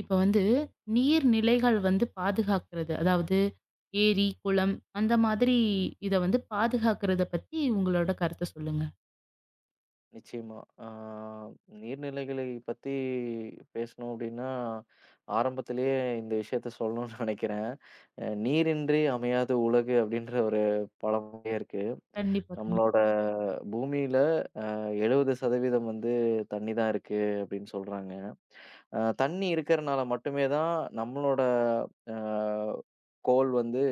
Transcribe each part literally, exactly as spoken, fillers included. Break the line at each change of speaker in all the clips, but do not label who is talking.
இப்ப வந்து நீர்நிலைகள் வந்து பாதுகாக்கிறது. அதாவது ஏரி, குளம் அந்த மாதிரி இத வந்து பாதுகாக்கிறத பத்தி உங்களோட கருத்த சொல்லுங்க.
நிச்சயமா. ஆ நீர்நிலைகளை பத்தி பேசணும் அப்டின்னா, ஆரம்பத்திலேயே இந்த விஷயத்த சொல்லணும்னு நெனைக்கிறேன். அ "நீரின்றி அமையாது உலகு" அப்படின்ற ஒரு பழமொழியே இருக்கு.
கண்டிப்பா, கண்டிப்பா.
நம்மளோட பூமியில எழுபது சதவீதம் வந்து தண்ணி தான் இருக்கு அப்படின்னு சொல்றாங்க. அ தண்ணி இருக்கறனால மட்டுமே தான் நம்மளோட அ கோள் வந்து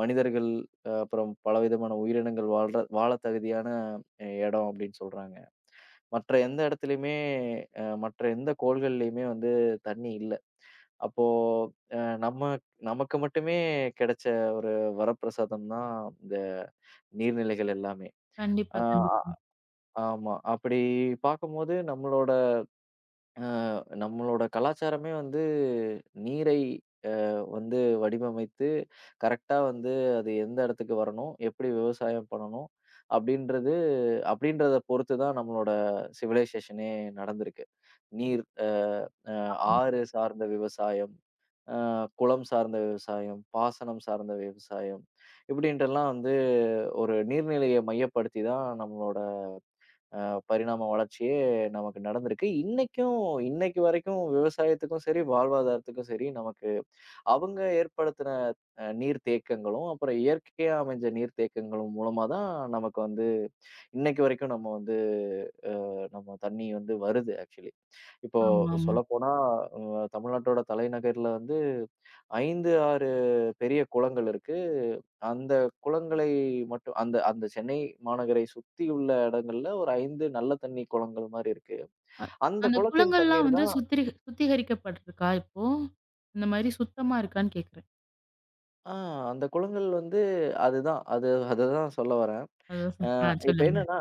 மனிதர்கள், அஹ், அப்புறம் பலவிதமான உயிரினங்கள் வாழ்ற வாழ தகுதியான எடம் அப்படின்னு சொல்றாங்க. மற்ற எந்த இடத்துலயுமே அ மற்ற எந்த கோள்கள்லயுமே வந்து தண்ணி இல்ல. அப்போ அ நம்ம நமக்கு மட்டுமே கிடைச்ச ஒரு வரப்பிரசாதம் தான் இந்த நீர்நிலைகள் எல்லாமே.
கண்டிப்பா,
ஆஹ் ஆ
கண்டிப்பா.
அ ஆமா. அப்படி பார்க்கும்போது நம்மளோட நம்மளோட கலாச்சாரமே வந்து நீரை வந்து வடிவமைத்து கரெக்ட்டா வந்து அது எந்த இடத்துக்கு வரணும், எப்படி விவசாயம் பண்ணணும் அப்படின்றது அப்படின்றத பொறுத்து தான் நம்மளோட சிவிலைசேஷனே நடந்திருக்கு. நீர் அ
ம்.
ஆறு சார்ந்த விவசாயம், அ குளம் சார்ந்த விவசாயம், பாசனம் சார்ந்த விவசாயம் இப்படின்ட்டெல்லாம் வந்து ஒரு நீர்நிலைய மையப்படுத்தி தான் நம்மளோட அ பரிணாம வளர்ச்சியே நமக்கு நடந்திருக்கு. இன்னைக்கும் இன்னைக்கு வரைக்கும் விவசாயத்துக்கும் சரி, வாழ்வாதாரத்துக்கும் சரி நமக்கு அவங்க ஏற்படுத்தின அ நீர் தேக்கங்களும், அப்புறம் இயற்கையா அமைஞ்ச நீர் தேக்கங்களும் மூலமா தான் நமக்கு வந்து இன்னைக்கு வரைக்கும் நம்ம வந்து நம்ம தண்ணி வந்து வருது ஆக்சுவலி. இப்போ
ஆமா, ஆமா.
சொல்லப்போனா அ தமிழ்நாட்டோட தலைநகர்ல வந்து ஐந்து, ஆறு பெரிய குளங்கள் இருக்கு. அந்த குளங்களை மட்டும் அந்த அந்த சென்னை மாநகரை சுத்தியுள்ள இடங்கள்ல ஒரு ஐந்து நல்ல தண்ணீ குளங்கள் மாரி இருக்கு.
அ
அந்த
அந்த
குளத்தின்
குளங்கள்லாம்
தண்ணீர்
வந்து
தான்.
சுத்திரி சுத்திகரிக்கப்பட்டிருக்கா இப்போ? இந்த மாரி சுத்தமா இருக்கான்னு கேட்கிறேன்.
ஆ அந்த குளங்கள் வந்து அதுதான். அது அததான் சொல்ல வரேன்.
அதான் சொ ஆ
இப்ப
சொல்லுங்க.
என்னன்னா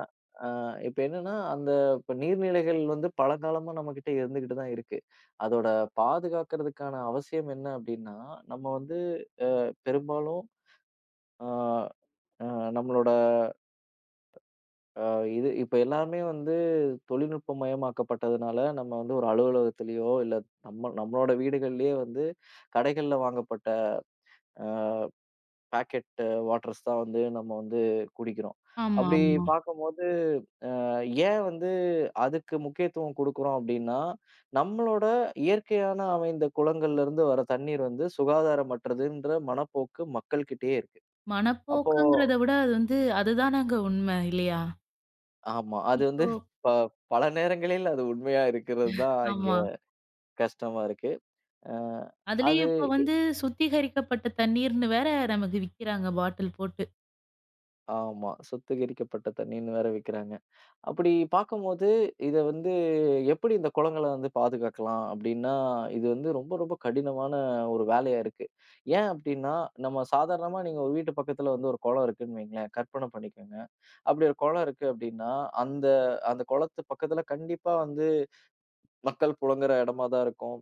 அ இப்ப என்னன்னா, அந்த இப்ப நீர்நிலைகள் வந்து பழங்காலமா நம்மகிட்ட இருந்துகிட்டு தான் இருக்கு. அதோட பாதுகாக்கிறதுக்கான அவசியம் என்ன அப்டின்னா, நம்ம வந்து பெரும்பாலும் ஆ அ நம்மளோட ஆ இது இப்ப எல்லாமே வந்து தொழில்நுட்பமயமாக்கப்பட்டதுனால, நம்ம வந்து ஒரு அலுவலகத்திலயோ, இல்ல நம்ம நம்மளோட வீடுகள்லயே வந்து கடைகள்ல வாங்கப்பட்ட பாக்கெட் வாட்டர்ஸ் தான் வந்து நம்ம வந்து குடிக்கிறோம்.
ஆமா,
அப்படி
ஆமா.
பார்க்கும்போது, அஹ் ஏன் வந்து அதுக்கு முக்கியத்துவம் குடுக்குறோம் அப்படின்னா, நம்மளோட இயற்கையான அமைந்த குளங்கள்ல இருந்து வர தண்ணீர் வந்து சுகாதாரமற்றதுன்ற மனப்போக்கு மக்கள்கிட்டயே இருக்கு. அப்போ
மனப்போக்குங்கிறத விட அது வந்து அதுதானங்க உண்ம இல்லையா?
ஆமா. அது வந்து
இப்போ,
ப பல நேரங்களில் அது உண்மையா இருக்கிறது தான். இங்க
ஆமா.
கஷ்டமா இருக்கு. அ அது
அதுலயும் இப்ப வந்து சுத்திகரிக்கப்பட்ட தண்ணீர்ன்னு வேற நமக்கு விக்கிறாங்க பாட்டில் போட்டு.
ஆமா. சுத்திகரிக்கப்பட்ட தண்ணீன்னு வேற விக்கிறாங்க. அப்படி பார்க்கும்போது, இத வந்து எப்படி இந்த குளங்கள வந்து பாதுகாக்கலாம் அப்படின்னா, இது வந்து ரொம்ப, ரொம்ப கடினமான ஒரு வேலையா இருக்கு. ஏன் அப்படின்னா, நம்ம சாதாரணமா நீங்க ஒரு வீட்டு பக்கத்துல வந்து ஒரு குளம் இருக்குன்னு வைங்களேன், கற்பனை பண்ணிக்கோங்க. அப்படி ஒரு குளம் இருக்கு அப்படின்னா, அந்த அந்த குளத்து பக்கத்துல கண்டிப்பா வந்து மக்கள் புழங்குற இடமா தான் இருக்கும்.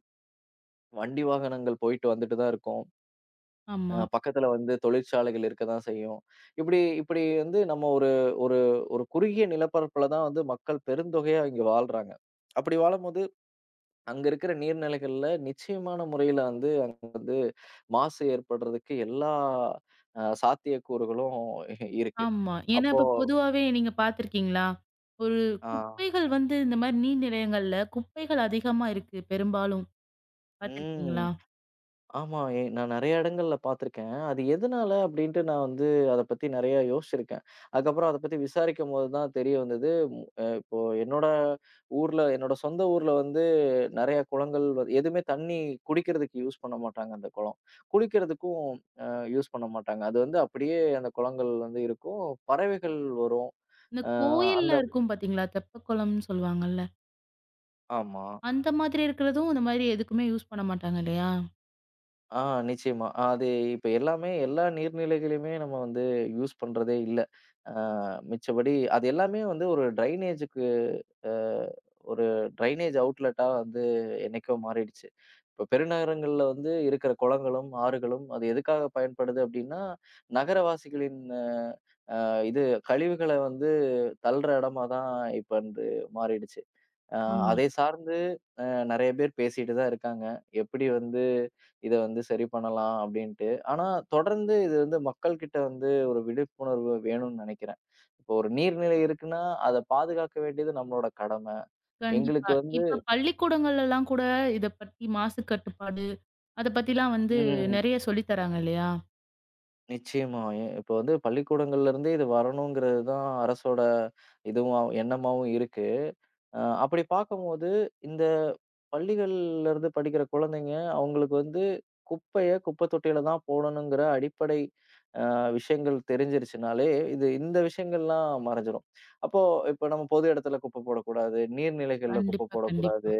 வண்டி வாகனங்கள் போயிட்டு வந்துட்டு தான் இருக்கும். அ
ஆமா,
பக்கத்துல வந்து தொழிற்சாலைகள் இருக்க தான் செய்யும். இப்படி இப்படி வந்து நம்ம ஒரு ஒரு ஒரு குறுகிய நிலப்பரப்புல தான் வந்து மக்கள் பெருந்தொகையா இங்க வாழ்றாங்க. அப்படி வாழும்போது, அங்க இருக்கிற நீர்நிலைகள்ல நிச்சயமான முறையில வந்து அங்க வந்து மாசு ஏற்படுறதுக்கு எல்லா அ சாத்தியக்கூறுகளும் இருக்கு.
ஆமா. ஏன்னா
அப்போ
இப்ப பொதுவாவே நீங்க பார்த்துருக்கீங்களா? ஒரு
ஆ.
குப்பைகள் வந்து இந்த மாரி நீர் நிலையங்கள்ல குப்பைகள் அதிகமா இருக்கு பெரும்பாலும்.
ம்.
பார்த்துருக்கீங்களா?
ஆமா. எ நான் நெறைய இடங்கள்ல பார்த்துருக்கேன். அது எதனால அப்டின்ட்டு நான் வந்து அத பத்தி நெறைய யோசிச்சிருக்கேன். அதுக்கப்புறம் அத பத்தி விசாரிக்கும்போது தான் தெரிய வந்தது. ம் அ இப்போ என்னோட ஊர்ல என்னோட சொந்த ஊர்ல வந்து நெறைய குளங்கள் வ எதுவுமே தண்ணி குடிக்கிறதுக்கு யூஸ் பண்ண மாட்டாங்க அந்த குளம். குளிக்கிறதுக்கும் அ யூஸ் பண்ண மாட்டாங்க. அது வந்து அப்படியே அந்த குளங்கள் வந்து இருக்கும். பறவைகள் வரும்.
இந்த
அ அந்த
கோயில்ல இருக்கும் பார்த்தீங்களா? தெப்பக்குளம்னு சொல்லுவாங்கல்ல.
ஆமா.
அந்த மாதிரி இருக்கிறதும் இந்த மாரி எதுக்குமே யூஸ் பண்ண மாட்டாங்க இல்லையா?
ஆ நிச்சயமா. அது இப்ப எல்லாமே எல்லா நீர்நிலைகளையுமே நம்ம வந்து யூஸ் பண்றதே இல்ல. அ மிச்சபடி அது எல்லாமே வந்து ஒரு ட்ரைனேஜுக்கு அ ஒரு ட்ரைனேஜ் அவுட்லெட்டா வந்து என்னைக்கோ மாறிடுச்சு. இப்ப பெருநகரங்கள்ல வந்து இருக்கிற குளங்களும், ஆறுகளும் அது எதுக்காக பயன்படுது அப்டின்னா, நகரவாசிகளின் இது கழிவுகள வந்து தள்ற இடமா தான் இப்ப வந்து மாறிடுச்சு. அ
ஆமா.
அதை சார்ந்து அ நெறைய பேர் பேசிட்டு தான் இருக்காங்க. எப்படி வந்து இத வந்து சரி பண்ணலாம் அப்படின்ட்டு. ஆனா தொடர்ந்து இது வந்து மக்கள் கிட்ட வந்து ஒரு விழிப்புணர்வு வேணும்னு நெனைக்கிறேன். இப்போ ஒரு நீர்நிலை இருக்குன்னா, அத பாதுகாக்க வேண்டியது நம்மளோட கடமை.
கண்டிப்பா.
எங்களுக்கு வந்து.
இப்ப பள்ளிக்கூடங்கள்லலாம் கூட இத பத்தி மாசு கட்டுப்பாடு, அத பத்திலாம் வந்து
ம்.
நெறைய சொல்லி தராங்க இல்லையா?
நிச்சயமா. எ இப்போ வந்து பள்ளிக்கூடங்கள்ல இருந்தே இது வரணுங்கிறது தான் அரசோட இதுவும் எண்ணமாவும் இருக்கு. அ அப்படி பார்க்கும்போது, இந்த பள்ளிகள்ல இருந்து படிக்கிற குழந்தைங்க, அவங்களுக்கு வந்து குப்பைய குப்பை தொட்டியில தான் போடணுங்கிற அடிப்படை அ விஷயங்கள் தெரிஞ்சிருச்சுனாலே, இது இந்த விஷயங்கள்லாம் மறைஞ்சிரும். அப்போ இப்ப நம்ம பொது இடத்துல குப்பை போடக்கூடாது, நீர்நிலைகள்ல குப்பை
கண்டிப்பா,
போடக்கூடாது.
கண்டிப்பா.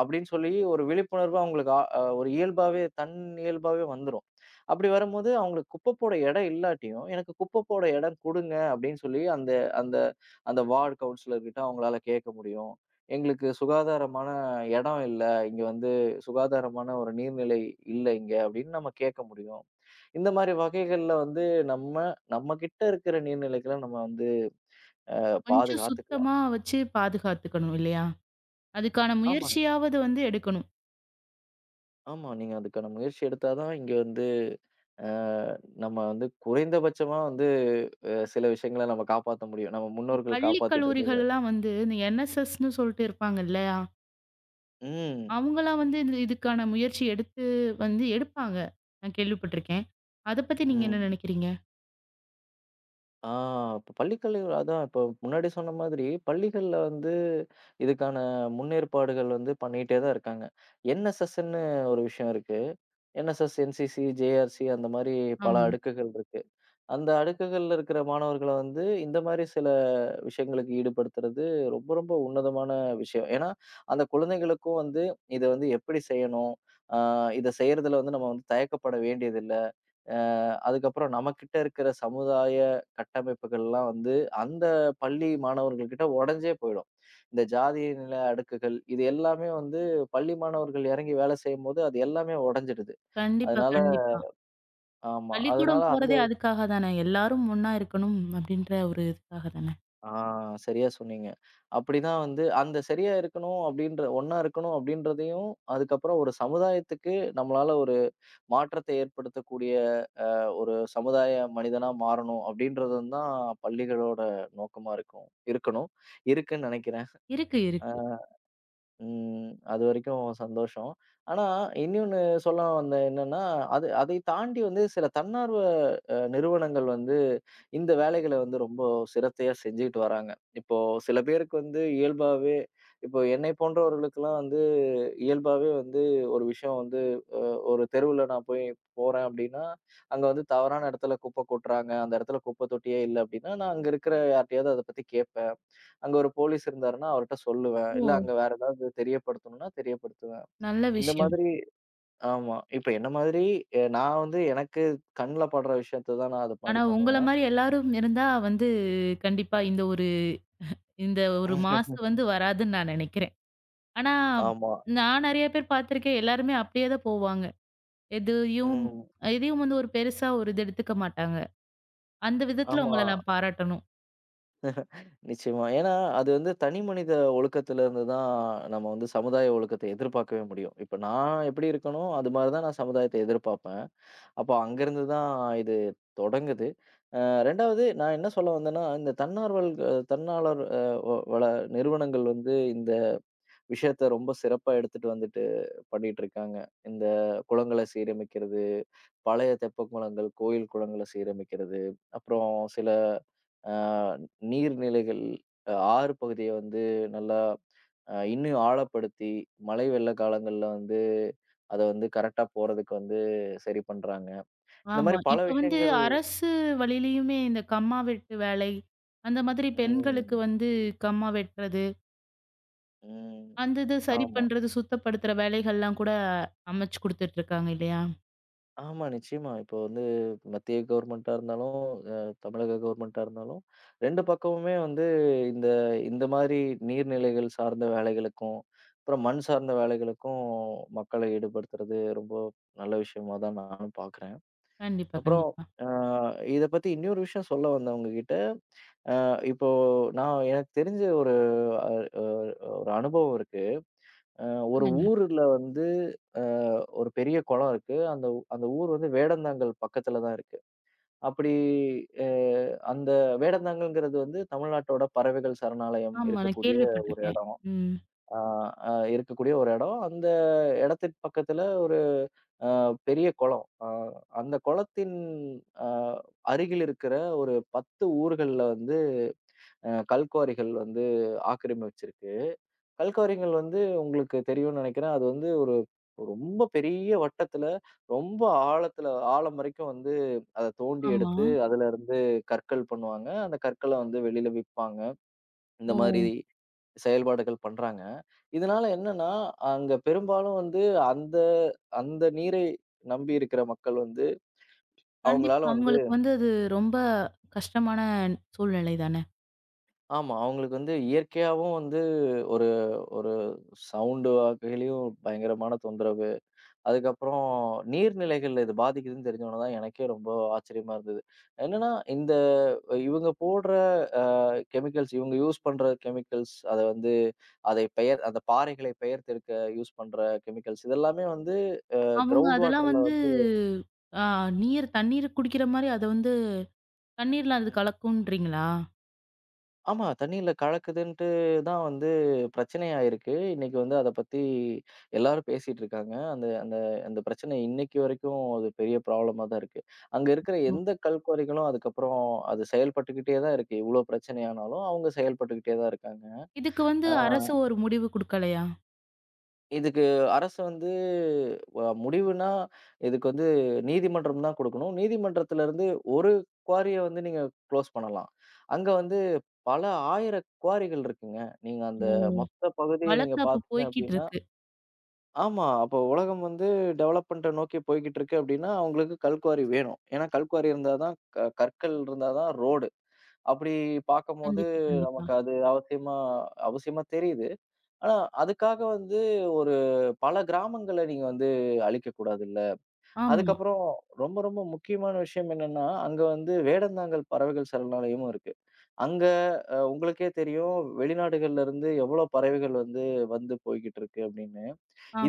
அப்படின்னு சொல்லி ஒரு விழிப்புணர்வு அவங்களுக்கு ஆ அ ஒரு இயல்பாவே தன் இயல்பாவே வந்துரும். அப்படி வரும்போது அவங்களுக்கு குப்பை போட இடம் இல்லாட்டியும், "எனக்கு குப்பை போட இடம் குடுங்க" அப்படின்னு சொல்லி அந்த அந்த அந்த வார்டு கவுன்சிலர் கிட்ட அவங்களால கேட்க முடியும். "எங்களுக்கு சுகாதாரமான இடம் இல்ல. இங்க வந்து சுகாதாரமான ஒரு நீர்நிலை இல்ல இங்க" அப்படின்னு நம்ம கேட்க முடியும். இந்த மாரி வகைகள்ல வந்து நம்ம நம்ம கிட்ட இருக்கிற நீர்நிலைகள நம்ம வந்து
கொஞ்சம்
பாதுகாத்துக்கலாம்.
சுத்தமா வச்சு பாதுகாத்துக்கணும் இல்லையா? அதுக்கான
ஆமாங்க.
முயற்சியாவது வந்து எடுக்கணும்.
ஆமா. நீங்க அதுக்கான முயற்சி எடுத்தா தான் இங்க வந்து அ நம்ம வந்து குறைந்தபட்சமா வந்து அ சில விஷயங்கள நம்ம காப்பாத்த முடியும். நம்ம முன்னோர்கள்
பள்ளி
காப்பாத்திட்டு இருந்தது.
கல்லூரிகள்லாம் வந்து இந்த என்எஸ்எஸ்ன்னு சொல்லிட்டு இருப்பாங்க இல்லையா?
ம்.
அவங்கலாம் வந்து இது இதுக்கான முயற்சி எடுத்து வந்து எடுப்பாங்க. நான் கேள்விப்பட்டுருக்கேன். அத பத்தி நீங்க என்ன
ம்.
நினைக்கிறீங்க?
ஆ இப்ப பள்ளிக்கல்வி அதான் இப்ப முன்னாடி சொன்ன மாதிரி பள்ளிகள்ல வந்து இதுக்கான முன்னேற்பாடுகள் வந்து பண்ணிட்டே தான் இருக்காங்க. என்எஸ்எஸ்ன்னு ஒரு விஷயம் இருக்கு. என்எஸ்எஸ், என்சிசி, ஜேஆர்சி அந்த மாரி பல
ஆமா.
அடுக்குகள் இருக்கு. அந்த அடுக்குகள்ல இருக்கிற மாணவர்கள வந்து, இந்த மாரி சில விஷயங்களுக்கு ஈடுபடுத்துறது ரொம்ப, ரொம்ப உன்னதமான விஷயம். ஏன்னா, அந்த குழந்தைகளுக்கும் வந்து, இத வந்து எப்படி செய்யணும்? அ இத செய்றதுல வந்து நம்ம வந்து தயக்கப்பட வேண்டியதில்ல. அ அதுக்கப்புறம் நம்மகிட்ட இருக்கிற சமுதாய கட்டமைப்புகள்லாம் வந்து, அந்த பள்ளி மாணவர்கள் கிட்ட உடைஞ்சே போயிடும். இந்த ஜாதி நில அடுக்குகள், இது எல்லாமே வந்து பள்ளி மாணவர்கள் இறங்கி வேலை செய்யும்போது, அது எல்லாமே உடைஞ்சிடுது.
கண்டிப்பா,
அதனால
கண்டிப்பா.
ஆமா. அதனால
பள்ளிக்கூடம்
அந்த
போறதே அதுக்காக தானே. எல்லாரும் ஒண்ணா இருக்கணும் அப்படின்ற ஒரு இதுக்காக தானே.
ஆ சரியா சொன்னீங்க. அப்படிதான் வந்து அந்த சரியா இருக்கணும் அப்படின்ற ஒண்ணா இருக்கணும் அப்படின்றதையும், அதுக்கப்புறம் ஒரு சமுதாயத்துக்கு நம்மளால ஒரு மாற்றத்தை ஏற்படுத்தக்கூடிய ஒரு சமுதாய மனிதனா மாறணும் அப்படின்றதும் தான் பள்ளிகளோட நோக்கமா இருக்கும் இருக்கணும். இருக்குன்னு நினைக்கிறேன்.
இருக்கு,
அ
இருக்கு.
ம். அதுவரைக்கும் சந்தோஷம். ஆனா இன்னொன்னு சொல்ல வந்தேன் என்னன்னா, அது அதை தாண்டி வந்து சில தன்னார்வ அ நிறுவனங்கள் வந்து இந்த வேலைகள வந்து ரொம்ப சிரத்தையா செஞ்சுகிட்டு வராங்க. இப்போ சில பேருக்கு வந்து இயல்பாவே இப்போ என்னை போன்றவர்களுக்கெல்லாம் வந்து இயல்பாவே வந்து ஒரு விஷயம் வந்து அ ஒரு தெருவுல நான் போய் போறேன் அப்டின்னா, அங்க வந்து தவறான இடத்துல குப்பை கொட்டுறாங்க. அந்த இடத்துல குப்பை தொட்டியே இல்ல அப்டின்னா, நான் அங்க இருக்கிற யார்ட்டயாவது அத பத்தி கேட்பேன். அங்க ஒரு போலீஸ் இருந்தாருன்னா, அவர்ட்ட சொல்லுவேன்.
ஓ!
இல்ல அங்க வேற ஏதாவது தெரியப்படுத்தணும்னா தெரியப்படுத்துவேன்.
நல்ல
இந்த
விஷயம்.
மாதிரி ஆமா. இப்ப என்ன மாதிரி அ நான் வந்து எனக்கு கண்ல படுற விஷயத்த தான் நான் அது மாரி
ஆனா உங்கள
பண்ணுவேன்.
மாரி எல்லாரும் இருந்தா வந்து கண்டிப்பா இந்த ஒரு இந்த ஒரு மாசு வந்து வராதுன்னு நான் நினைக்கிறேன். ஆனா
ஆமா.
நான் நெறைய பேர் பார்த்துருக்கேன். எல்லாருமே அப்படியே தான் போவாங்க. எதையும்
ம்.
எதையும் வந்து ஒரு பெருசா ஒரு இது எடுத்துக்க மாட்டாங்க. அந்த விதத்துல
ஆமா.
உங்கள நான் பாராட்டணும்.
நிச்சயமா. ஏன்னா, அது வந்து தனி மனித ஒழுக்கத்துல இருந்து தான் நம்ம வந்து சமுதாய ஒழுக்கத்த எதிர்பார்க்கவே முடியும். இப்ப நான் எப்படி இருக்கனோ, அது மாரி தான் நான் சமுதாயத்த எதிர்பார்ப்பேன். அப்போ அங்கருந்து தான் இது தொடங்குது. அ 2வது நான் என்ன சொல்ல வந்தேன்னா, இந்த தன்னார்வல் அ தன்னாளர் அ வ வல நிறுவனங்கள் வந்து இந்த விஷயத்த ரொம்ப சிறப்பா எடுத்துட்டு வந்துட்டு பண்ணிட்டு இருக்காங்க. இந்த குளங்கள சீரமைக்கிறது, பழைய தெப்பக்குளங்கள், கோயில் குளங்கள சீரமைக்கிறது. அப்புறம் சில அ நீர்நிலைகள், அ ஆறு பகுதிய வந்து நல்லா அ இன்னும் ஆழப்படுத்தி, மழை வெள்ள காலங்கள்ல வந்து அத வந்து கரெக்ட்டா போறதுக்கு வந்து சரி பண்றாங்க. இந்த மாரி
ஆமா.
பல
இப்ப வந்து
விஷயங்கள்.
அரசு வழியிலயுமே இந்த கம்மா வெட்டு வேலை, அந்த மாதிரி பெண்களுக்கு
ம்,
வந்து கம்மா வெட்டுறது,
ம்.
அந்த இத சரி
ஆமா.
பண்றது, சுத்தப்படுத்துற வேலைகள்லாம் கூட அமைச்சு குடுத்துட்டு இருக்காங்க இல்லையா?
ஆமா, நிச்சயமா. இப்போ வந்து மத்திய கவர்மெண்ட்டா இருந்தாலும், அ தமிழக கவர்மெண்ட்டா இருந்தாலும் இரண்டு பக்கமுமே வந்து இந்த இந்த மாதிரி நீர்நிலைகள் சார்ந்த வேலைகளுக்கும், அப்புறம் மண் சார்ந்த வேலைகளுக்கும் மக்களை ஈடுபடுத்துறது ரொம்ப நல்ல விஷயமா தான் நானும் பார்க்குறேன்.
கண்டிப்பா,
அப்புறம்
கண்டிப்பா.
அ இத பத்தி இன்னொரு விஷயம் சொல்ல வந்தேன் உங்ககிட்ட. இப்போ நான் எனக்கு தெரிஞ்ச ஒரு அ அ ஒரு அனுபவம் இருக்கு. ஒரு
சொல்லுங்க.
ஊருல வந்து அ ஒரு பெரிய குளம் இருக்கு. அந்த ஊ- அந்த ஊர் வந்து வேடந்தாங்கல் பக்கத்துல தான் இருக்கு. அப்படி அ அந்த வேடந்தாங்கல்ங்கிறது வந்து தமிழ்நாட்டோட பறவைகள் சரணாலயம்
ஆமா. நான்
இருக்கக்கூடிய ஒரு
கேள்விப்பட்டுருக்கேன்.
இடம்.
ம்.
ஆ அ இருக்கக்கூடிய ஒரு இடம். அந்த இடத்துக்கு பக்கத்துல ஒரு பெரிய குளம். அ அந்த குளத்தின் அ அருகில் இருக்கிற ஒரு பத்து ஊர்கள்ல வந்து அ கல்குவாரிகள் வந்து ஆக்கிரமிச்சிருக்கு. கல்கவரிங்கள் வந்து உங்களுக்கு தெரியும்னு நெனைக்கிறேன். அது வந்து ஒரு ரொம்ப பெரிய வட்டத்துல, ரொம்ப ஆழத்துல ஆழம் வரைக்கும் வந்து அத தோண்டி
ஆமா.
எடுத்து, அதுலருந்து கற்கள் பண்ணுவாங்க. அந்த கற்கள வந்து வெளில விப்பாங்க. இந்த
ஓ!
மாரி செயல்பாடுகள் பண்றாங்க. இதனால என்னன்னா, அங்க பெரும்பாலும் வந்து அந்த அந்த நீரை நம்பி இருக்கிற மக்கள் வந்து, அவங்களால
கண்டிப்பா
வந்து
அவங்களுக்கு வந்து அது ரொம்ப கஷ்டமான சூழ்நிலை தான.
ஆமா. அவங்களுக்கு வந்து இயற்கையாவும் வந்து ஒரு ஒரு சவுண்டு வகையிலயும் பயங்கரமான தொந்தரவு. அதுக்கப்புறம் நீர்நிலைகள்ல இது பாதிக்குதுன்னு தெரிஞ்ச உடனே தான் எனக்கே ரொம்ப ஆச்சரியமா இருந்தது. என்னன்னா, இந்த இவங்க போடுற அ கெமிக்கல்ஸ் இவங்க யூஸ் பண்ற கெமிக்கல்ஸ் அத வந்து அதை பெயர் அந்த பாறைகளை பெயர்த்தெடுக்க யூஸ் பண்ற கெமிக்கல்ஸ் இதெல்லாமே வந்து
அவங்க
கிரவுண்ட்
அதெல்லாம்
வாட்டர்ல
வந்து
வந்து
ஆ நீர் தண்ணீர் குடிக்கிற மாரி அத வந்து தண்ணீர்ல அது
ம்.
கலக்கும்ன்றீங்களா?
ஆமா. தண்ணீல கலக்குதுன்ட்டு தான் வந்து பிரச்சனையாயிருக்கு. இன்னைக்கு வந்து அத பத்தி எல்லாரும் பேசிட்டு இருக்காங்க. அந்த அந்த அந்த பிரச்சனை இன்னைக்கு வரைக்கும் அது பெரிய ப்ராப்ளமா தான் இருக்கு. அங்க இருக்கிற
அச்சோ!
எந்த கல்குவாரிகளும் அதுக்கப்புறம் அது செயல்பட்டுக்கிட்டே தான் இருக்கு. இவ்ளோ பிரச்சனை ஆனாலும் அவங்க செயல்பட்டுக்கிட்டே தான் இருக்காங்க.
இதுக்கு வந்து
அ
அரசு ஒரு முடிவு குடுக்கலையா?
இதுக்கு அரசு வந்து வ முடிவுன்னா, இதுக்கு வந்து நீதிமன்றம் தான் குடுக்கணும். நீதிமன்றத்துல இருந்து ஒரு குவாரிய வந்து நீங்க குளோஸ் பண்ணலாம். அங்க வந்து பல ஆயிரம் குவாரிகள் இருக்குங்க. நீங்க அந்த
ஓ!
மொத்த பகுதிய நீங்க
வழக்கு அப்ப
பார்த்தீங்க
போய்க்கிட்டு
அப்டின்னா
இருக்கு.
ஆமா. அப்போ உலகம் வந்து டெவலப்மெண்ட்ட நோக்கி போய்க்கிட்டு இருக்கு அப்டின்னா, அவங்களுக்கு கல் குவாரி வேணும். ஏன்னா கல் குவாரி இருந்தா தான் க கற்கள் இருந்தா தான் ரோடு. அப்டி பார்க்கும்போது
கண்டிப்பா, கண்டிப்பா.
நமக்கு அது அவசியமா அவசியமா தெரியுது. ஆனா, அதுக்காக வந்து ஒரு பல கிராமங்கள நீங்க வந்து அழிக்கக்கூடாதுல்ல.
ஆமா.
அதுக்கப்புறம் ரொம்ப, ரொம்ப முக்கியமான விஷயம் என்னன்னா, அங்க வந்து வேடந்தாங்கல் பறவைகள் சரணாலயமும் இருக்கு. அங்க அ உங்களுக்கே தெரியும் வெளிநாடுகள்ல இருந்து எவ்வளோ பறவைகள் வந்து, வந்து போய்க்கிட்டு இருக்கு அப்படின்னு.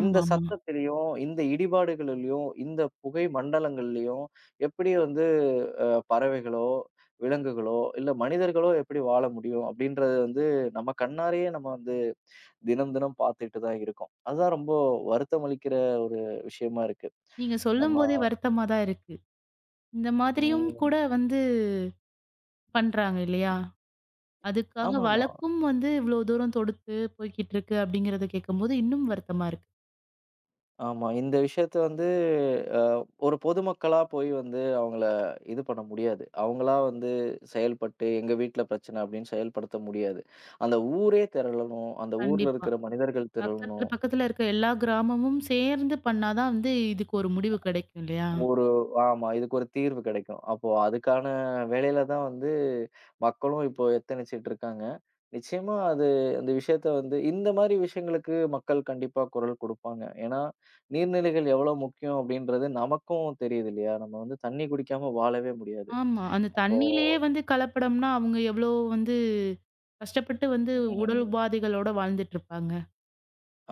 இந்த சத்தத்திலயும், இந்த இடிபாடுகளிலயும், இந்த புகை மண்டலங்கள்லயும் எப்படி வந்து அஹ், பறவைகளோ, விலங்குகளோ, இல்ல மனிதர்களோ எப்படி வாழ முடியும் அப்படின்றது வந்து நம்ம கண்ணாரயே நம்ம வந்து தினம், தினம் பார்த்துட்டு தான் இருக்கோம். அதுதான் ரொம்ப வருத்தம் அளிக்கிற ஒரு விஷயமா இருக்கு.
நீங்க
நம்ம
சொல்லும்போதே வருத்தமா தான் இருக்கு. இந்த மாதிரியும்
ம்.
கூட வந்து பண்றாங்க இல்லையா? அதுக்காக
ஆமாமா, ஆமா.
வழக்கும் வந்து இவ்ளோ தூரம் தொடுத்து போய்க்கிட்டு இருக்கு அப்படிங்கிறத கேட்கும்போது இன்னும் வருத்தமா இருக்கு.
ஆமா இந்த விஷயத்த வந்து அ ஒரு பொதுமக்களா போய் வந்து அவங்கள இது பண்ண முடியாது. அவங்களா வந்து செயல்பட்டு, எங்க வீட்ல பிரச்சனை அப்படின்னு செயல்படுத்த முடியாது. அந்த ஊரே திரளணும். அந்த ஊர்ல
கண்டிப்பா.
இருக்கிற மனிதர்கள்
பக்கத்துல,
திரளணும்.
பக்கத்துல இருக்க எல்லா கிராமமும் சேர்ந்து பண்ணா தான் வந்து இதுக்கு ஒரு முடிவு கிடைக்கும் இல்லையா?
ஒரு ஆமா. இதுக்கு ஒரு தீர்வு கிடைக்கும். அப்போ அதுக்கான வேலையில தான் வந்து மக்களும் இப்போ எத்தனிச்சிட்டு இருக்காங்க. நிச்சயமா அது அந்த விஷயத்த வந்து இந்த மாரி விஷயங்களுக்கு மக்கள் கண்டிப்பா குரல் குடுப்பாங்க. ஏன்னா, நீர்நிலைகள் எவ்வளோ முக்கியம் அப்படின்றது நமக்கும் தெரியுது இல்லையா? நம்ம வந்து தண்ணி குடிக்காம வாழவே முடியாது.
ஆமா. அந்த
அப்போ
தண்ணீலயே வந்து கலப்படம்னா, அவங்க எவ்ளோ வந்து கஷ்டப்பட்டு வந்து உடல்
ம்.
உபாதைகளோட வாழ்ந்துட்டுருப்பாங்க.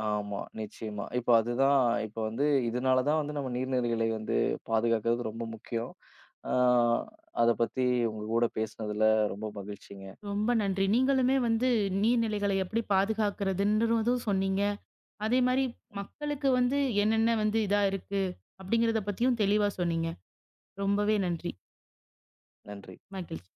ஆமா, நிச்சயமா. இப்போ அதுதான் இப்போ வந்து இதனால தான் வந்து நம்ம நீர்நிலைகளை வந்து பாதுகாக்கிறது ரொம்ப முக்கியம். ஆ அத பத்தி உங்க கூட பேசினதுல ரொம்ப மகிழ்ச்சிங்க.
ரொம்ப நன்றி. நீங்களுமே வந்து நீர்நிலைகளை எப்படி பாதுகாக்கிறதுன்றதும் சொன்னீங்க. அதே மாரி மக்களுக்கு வந்து என்னென்ன வந்து இதா இருக்கு? அப்படிங்கிறத பத்தியும் தெளிவா சொன்னீங்க. ரொம்பவே நன்றி.
நன்றி.
மகிழ்ச்சி.